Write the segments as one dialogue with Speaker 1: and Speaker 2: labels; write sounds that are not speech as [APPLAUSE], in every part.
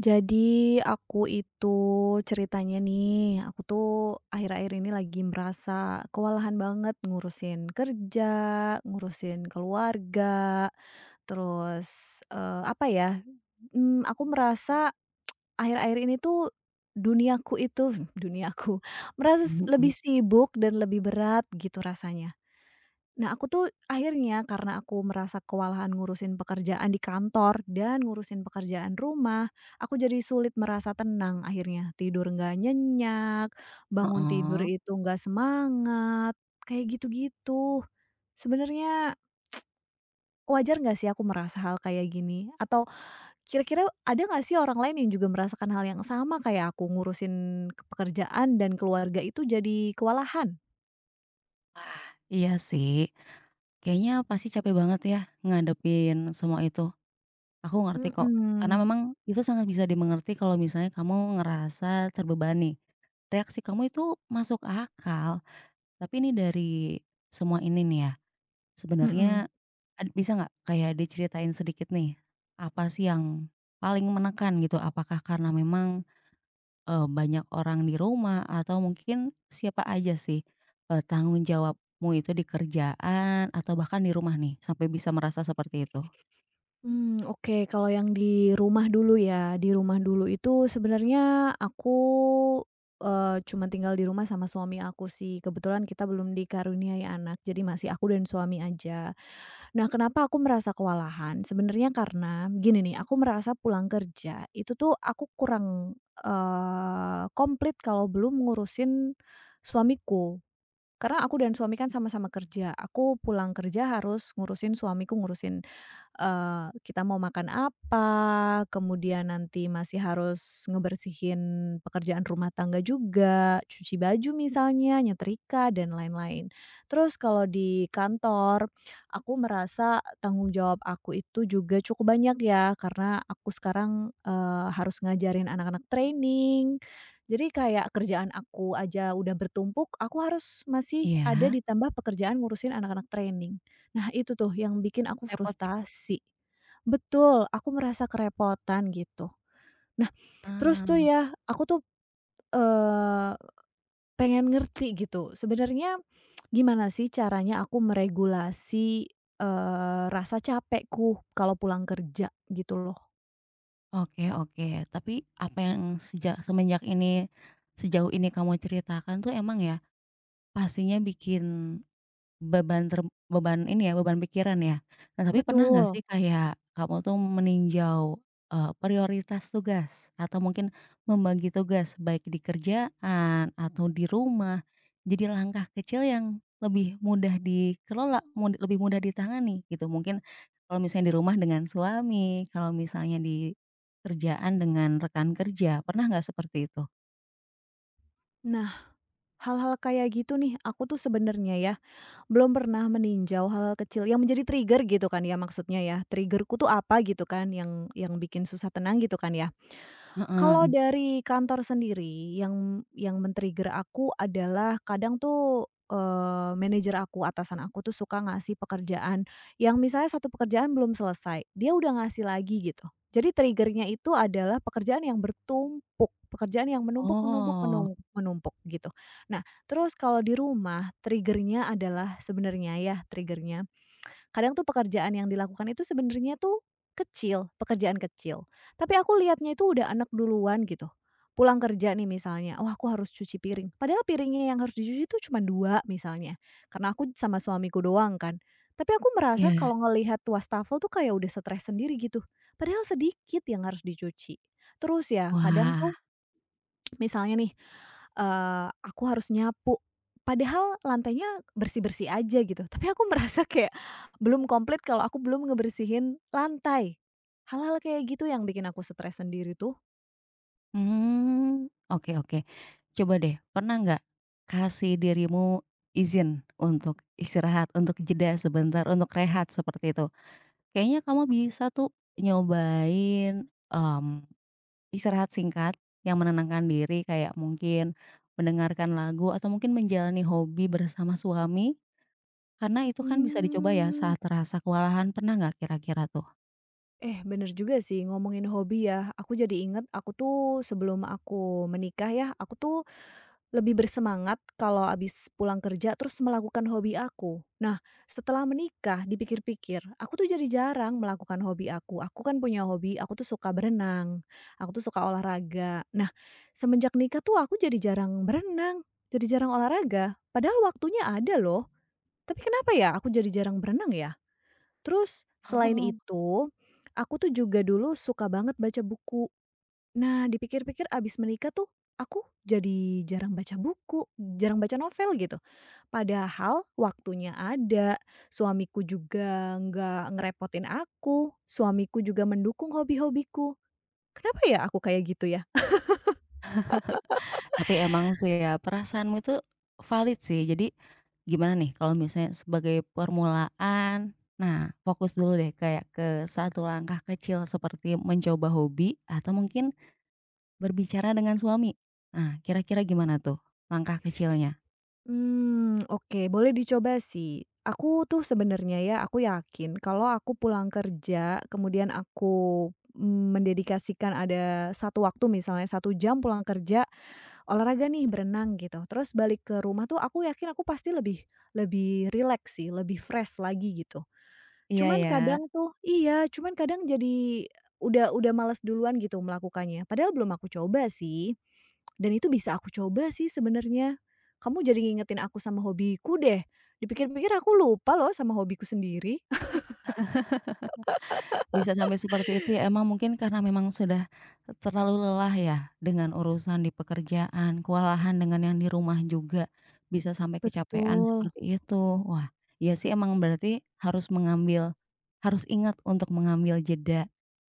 Speaker 1: Jadi aku itu ceritanya nih, aku tuh akhir-akhir ini lagi merasa kewalahan banget ngurusin kerja, ngurusin keluarga, terus, apa ya, aku merasa akhir-akhir ini tuh duniaku itu [LAUGHS] duniaku, merasa
Speaker 2: Mhm,
Speaker 1: lebih sibuk dan lebih berat gitu rasanya. Nah, aku tuh akhirnya karena aku merasa kewalahan ngurusin pekerjaan di kantor dan ngurusin pekerjaan rumah, aku jadi sulit merasa tenang akhirnya. Tidur nggak nyenyak, bangun tidur
Speaker 2: heeh.
Speaker 1: itu nggak semangat, kayak gitu-gitu. Sebenarnya [TSK] wajar nggak sih aku merasa hal kayak gini? Atau kira-kira ada nggak sih orang lain yang juga merasakan hal yang sama kayak aku ngurusin pekerjaan dan keluarga itu jadi kewalahan?
Speaker 2: Iya sih, kayaknya pasti capek banget ya ngadepin semua itu, aku ngerti kok. Karena
Speaker 1: Mhm,
Speaker 2: memang itu sangat bisa dimengerti kalau misalnya kamu ngerasa terbebani. Reaksi kamu itu masuk akal, tapi ini dari semua ini nih ya, sebenarnya
Speaker 1: mhm.
Speaker 2: ad bisa nggak kayak diceritain sedikit nih, apa sih yang paling menekan gitu? Apakah karena memang banyak orang di rumah atau mungkin siapa aja sih, tanggung jawabmu itu di kerjaan atau bahkan di rumah nih sampai bisa merasa seperti itu?
Speaker 1: Hmm, oke. Kalau yang di rumah dulu ya, di rumah dulu itu sebenarnya aku, cuma tinggal di rumah sama suami aku sih. Kebetulan kita belum dikaruniai anak, jadi masih aku dan suami aja. Nah, kenapa aku merasa kewalahan? Sebenarnya karena gini nih, aku merasa pulang kerja itu tuh aku kurang, komplit kalau belum ngurusin suamiku. Karena aku dan suami kan sama-sama kerja, aku pulang kerja harus ngurusin suamiku ngurusin, kita mau makan apa, kemudian nanti masih harus ngebersihin pekerjaan rumah tangga juga, cuci baju misalnya, nyetrika, dan lain-lain. Terus kalau di kantor, aku merasa tanggung jawab aku itu juga cukup banyak ya, karena aku sekarang, harus ngajarin anak-anak training, jadi kayak kerjaan aku aja udah bertumpuk, aku harus masih ada
Speaker 2: Iya,
Speaker 1: ditambah pekerjaan ngurusin anak-anak training. Nah itu tuh yang bikin aku
Speaker 2: repot juga.
Speaker 1: frustasi. Betul, aku merasa kerepotan gitu. Nah terus
Speaker 2: Ah,
Speaker 1: tuh ya, aku tuh, eee, pengen ngerti gitu, sebenarnya [TSK] gimana sih caranya aku meregulasi, rasa capekku kalau pulang kerja gitu loh.
Speaker 2: oke oke. Tapi apa yang semenjak ini sejauh ini kamu ceritakan tuh emang ya pastinya bikin Beban ter beban ini ya, beban pikiran ya. Nah, tapi pernah nggak
Speaker 1: Betul.
Speaker 2: sih kayak kamu tuh meninjau, prioritas tugas atau mungkin membagi tugas baik di kerjaan atau di rumah, jadi langkah kecil yang lebih mudah dikelola, lebih mudah ditangani gitu. Mungkin kalau misalnya di rumah dengan suami, kalau misalnya di kerjaan dengan rekan kerja, pernah nggak seperti itu?
Speaker 1: Nah, hal-hal kayak gitu nih aku tuh sebenarnya ya belum pernah meninjau hal-hal kecil yang menjadi trigger gitu kan ya maksudnya ya, triggerku tuh apa gitu kan yang bikin susah tenang gitu kan ya? Kalau
Speaker 2: Heeh.
Speaker 1: dari kantor sendiri yang men-trigger aku adalah kadang tuh, manajer aku, atasan aku tuh suka ngasih pekerjaan yang misalnya satu pekerjaan belum selesai, dia udah ngasih lagi gitu. Jadi trigger-nya itu adalah pekerjaan yang bertumpuk, pekerjaan yang menumpuk menumpuk
Speaker 2: Oh,
Speaker 1: menumpuk gitu. Nah, terus kalau di rumah trigger-nya adalah sebenarnya ya trigger-nya kadang tuh pekerjaan yang dilakukan itu sebenarnya tuh kecil, pekerjaan kecil, tapi aku lihatnya itu udah anak duluan gitu. Pulang kerja nih misalnya, "Wah, aku harus cuci piring." Padahal piringnya yang harus dicuci itu cuma 2 misalnya, karena aku sama suamiku doang kan. Tapi aku merasa
Speaker 2: iya.
Speaker 1: kalau ngelihat wastafel tuh kayak udah stres sendiri gitu, padahal sedikit yang harus dicuci. Terus ya kadang
Speaker 2: Wah.
Speaker 1: tuh misalnya nih, aku harus nyapu, padahal lantainya bersih-bersih aja gitu, tapi aku [LAUGHS] merasa kayak belum komplit kalau aku belum ngebersihin lantai. Hal-hal kayak gitu yang bikin aku stres sendiri tuh.
Speaker 2: Hmm, oke oke. Coba deh, pernah nggak kasih dirimu izin untuk istirahat, untuk jeda sebentar, untuk rehat seperti itu? Kayaknya kamu bisa tuh nyobain, istirahat singkat yang menenangkan diri, kayak mungkin mendengarkan lagu atau mungkin menjalani hobi bersama suami, karena itu kan bisa dicoba ya
Speaker 1: Mmm,
Speaker 2: saat terasa kewalahan, pernah nggak kira-kira
Speaker 1: eh, bener juga sih ngomongin hobi ya, aku jadi inget aku tuh sebelum aku menikah ya, aku tuh lebih bersemangat kalau abis pulang kerja terus melakukan hobi aku. Nah, setelah menikah dipikir-pikir, aku tuh jadi jarang melakukan hobi aku. Aku kan punya hobi, aku tuh suka berenang, aku tuh suka olahraga. Nah, semenjak nikah tuh aku jadi jarang berenang, jadi jarang olahraga. Padahal waktunya ada loh. Tapi kenapa ya aku jadi jarang berenang ya? Terus selain
Speaker 2: tuh?
Speaker 1: itu, aku tuh juga dulu suka banget baca buku. Nah, dipikir-pikir abis menikah tuh, aku jadi jarang baca buku, jarang baca novel gitu. Padahal waktunya ada, suamiku juga nggak ngerepotin aku, suamiku juga mendukung hobi-hobiku. Kenapa ya aku kayak gitu ya?
Speaker 2: Tapi emang sih ya, perasaanmu itu valid sih. Jadi gimana nih kalau misalnya sebagai permulaan, nah fokus dulu deh kayak ke satu langkah kecil seperti mencoba hobi atau mungkin berbicara dengan suami. Nah, kira-kira gimana tuh langkah kecilnya?
Speaker 1: Hmm, oke boleh dicoba sih. Aku tuh sebenarnya ya, aku yakin kalau aku pulang kerja, kemudian aku mendedikasikan ada satu waktu misalnya satu jam pulang kerja olahraga nih, berenang gitu, terus balik ke rumah tuh aku yakin aku pasti lebih lebih rileks sih, lebih fresh lagi gitu.
Speaker 2: Iya
Speaker 1: Cuman
Speaker 2: ya.
Speaker 1: kadang tuh iya, cuman kadang jadi udah males duluan gitu melakukannya, padahal belum aku coba sih, dan itu bisa aku coba sih sebenarnya. Kamu jadi ngingetin aku sama hobiku deh, dipikir-pikir aku lupa loh sama hobiku sendiri. [LAUGHS]
Speaker 2: Bisa sampai seperti itu ya emang mungkin karena memang sudah terlalu lelah ya dengan urusan di pekerjaan, kewalahan dengan yang di rumah juga, bisa sampai kecapean
Speaker 1: Betul.
Speaker 2: seperti itu. Wah, ya sih emang berarti harus mengambil harus ingat untuk mengambil jeda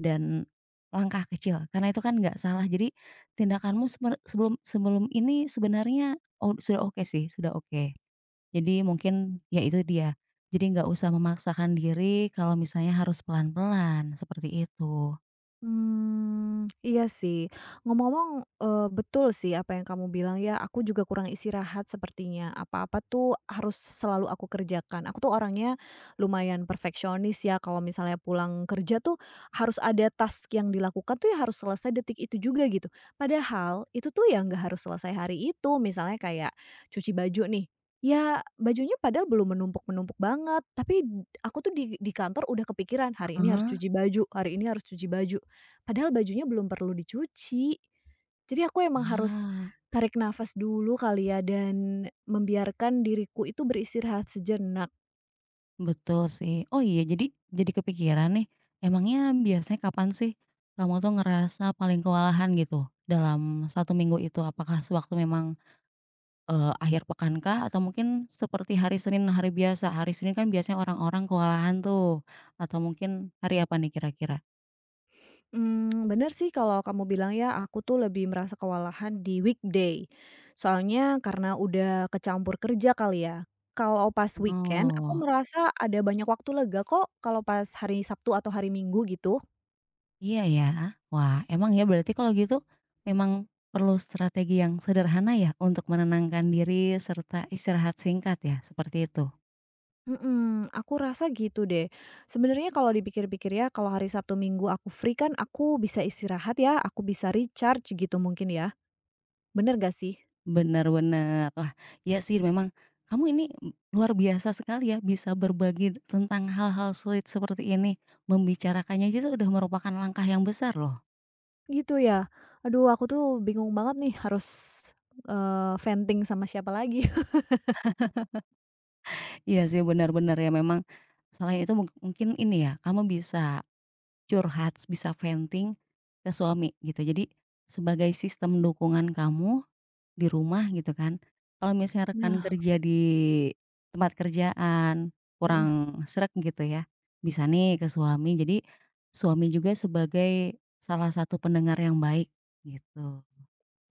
Speaker 2: dan langkah kecil, karena itu kan nggak salah. Jadi tindakanmu seper sebelum sebelum ini sebenarnya o sudah oke sih, sudah oke. Jadi mungkin, ya itu dia, jadi nggak usah memaksakan diri kalau misalnya harus pelan-pelan, seperti itu.
Speaker 1: Hmm, iya sih. Ngomong-ngomong, betul sih apa yang kamu bilang ya, aku juga kurang istirahat sepertinya. Apa-apa tuh harus selalu aku kerjakan. Aku tuh orangnya lumayan perfeksionis ya, kalau misalnya pulang kerja tuh harus ada task yang dilakukan tuh ya harus selesai detik itu juga gitu. Padahal itu tuh ya nggak harus selesai hari itu. Misalnya kayak cuci baju nih, ya bajunya padahal belum menumpuk-menumpuk banget, tapi aku tuh di kantor udah kepikiran, hari ini harus
Speaker 2: Heeh.
Speaker 1: cuci baju hari ini harus cuci baju. Padahal bajunya belum perlu dicuci. Jadi aku emang harus
Speaker 2: Ah,
Speaker 1: tarik nafas dulu kali ya dan membiarkan diriku itu beristirahat sejenak.
Speaker 2: betul sih. Oh iya, jadi kepikiran nih, emangnya biasanya kapan sih kamu tuh ngerasa paling kewalahan gitu dalam satu minggu itu? Apakah sewaktu memang, akhir pekan kah? Atau mungkin seperti hari Senin, hari biasa? Hari Senin kan biasanya orang-orang kewalahan tuh, atau mungkin hari apa nih kira-kira?
Speaker 1: Bener sih kalau kamu bilang ya aku tuh lebih merasa kewalahan di weekday. Soalnya karena udah kecampur kerja kali ya. Kalau pas weekend aku
Speaker 2: Oh.
Speaker 1: merasa ada banyak waktu lega kok kalau pas hari Sabtu atau hari Minggu gitu.
Speaker 2: Iya ya? Wah, emang ya berarti kalau gitu memang perlu strategi yang sederhana ya untuk menenangkan diri serta istirahat singkat ya, seperti itu?
Speaker 1: Mhm, aku rasa gitu deh. Sebenarnya kalau dipikir-pikir ya, kalau hari Sabtu Minggu aku free kan aku bisa istirahat ya, aku bisa recharge gitu mungkin ya. Bener gak sih?
Speaker 2: Benar-benar. Wah, ya sih memang kamu ini luar biasa sekali ya bisa berbagi tentang hal-hal sulit seperti ini, membicarakannya aja itu udah merupakan langkah yang besar loh.
Speaker 1: Gitu ya? Aduh aku tuh bingung banget nih harus, venting sama siapa lagi. [LAUGHS]
Speaker 2: Iya sih benar-benar ya memang selain itu mungkin ini ya, kamu bisa Curhat, bisa venting ke suami gitu. Jadi sebagai sistem dukungan kamu di rumah gitu kan, kalau misalnya rekan
Speaker 1: Nah.
Speaker 2: kerja di tempat kerjaan
Speaker 1: Mhm.
Speaker 2: kurang sreg gitu ya, bisa nih ke suami. Jadi suami juga sebagai salah satu pendengar yang baik gitu.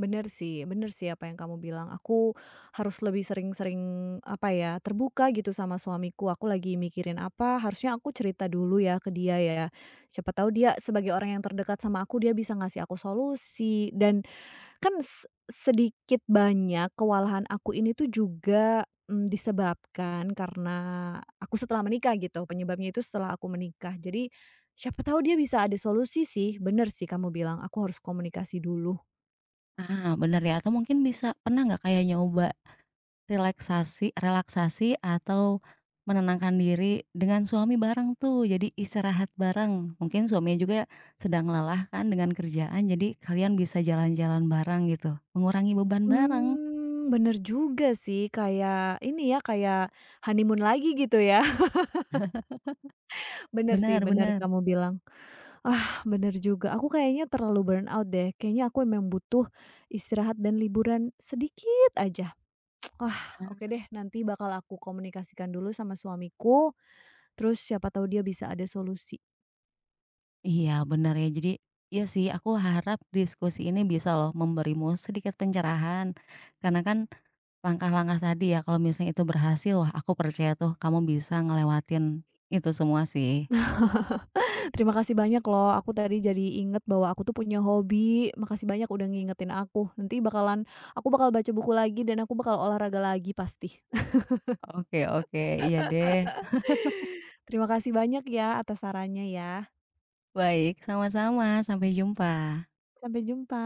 Speaker 1: Bener sih apa yang kamu bilang. Aku harus lebih sering-sering, apa ya, terbuka gitu sama suamiku. Aku lagi mikirin apa, harusnya aku cerita dulu ya ke dia ya. Siapa tahu dia sebagai orang yang terdekat sama aku, dia bisa ngasih aku solusi dan kan sedikit banyak kewalahan aku ini tuh juga, disebabkan karena aku setelah menikah gitu, penyebabnya itu setelah aku menikah. Jadi siapa tahu dia bisa ada solusi sih, bener sih kamu bilang, aku harus komunikasi dulu.
Speaker 2: Ah, bener ya atau mungkin bisa pernah nggak kayak nyoba Relaksasi relaksasi atau menenangkan diri dengan suami bareng tuh, jadi istirahat bareng. Mungkin suaminya juga sedang lelah kan dengan kerjaan, jadi kalian bisa jalan-jalan bareng gitu, mengurangi beban bareng.
Speaker 1: Bener juga sih, kayak ini ya, kayak honeymoon lagi gitu ya. [LAUGHS] Bener sih,
Speaker 2: Bener
Speaker 1: bener
Speaker 2: bener.
Speaker 1: kamu bilang. Ah, bener juga, aku kayaknya terlalu burn out deh, kayaknya aku memang butuh istirahat dan liburan sedikit aja. Wah, oke deh, nanti bakal aku komunikasikan dulu sama suamiku, terus siapa tahu dia bisa ada solusi.
Speaker 2: Iya bener ya, jadi iya sih aku harap diskusi ini bisa loh memberimu sedikit pencerahan, karena kan langkah-langkah tadi ya kalau misalnya itu berhasil, wah aku percaya tuh kamu bisa ngelewatin itu semua sih.
Speaker 1: [LAUGHS] Terima kasih banyak loh, aku tadi jadi inget bahwa aku tuh punya hobi, makasih banyak udah ngingetin aku. Nanti bakalan aku bakal baca buku lagi dan aku bakal olahraga lagi pasti.
Speaker 2: Oke oke, iya deh.
Speaker 1: Terima kasih banyak ya atas sarannya ya.
Speaker 2: Baik, sama-sama, sampai jumpa.
Speaker 1: Sampai jumpa.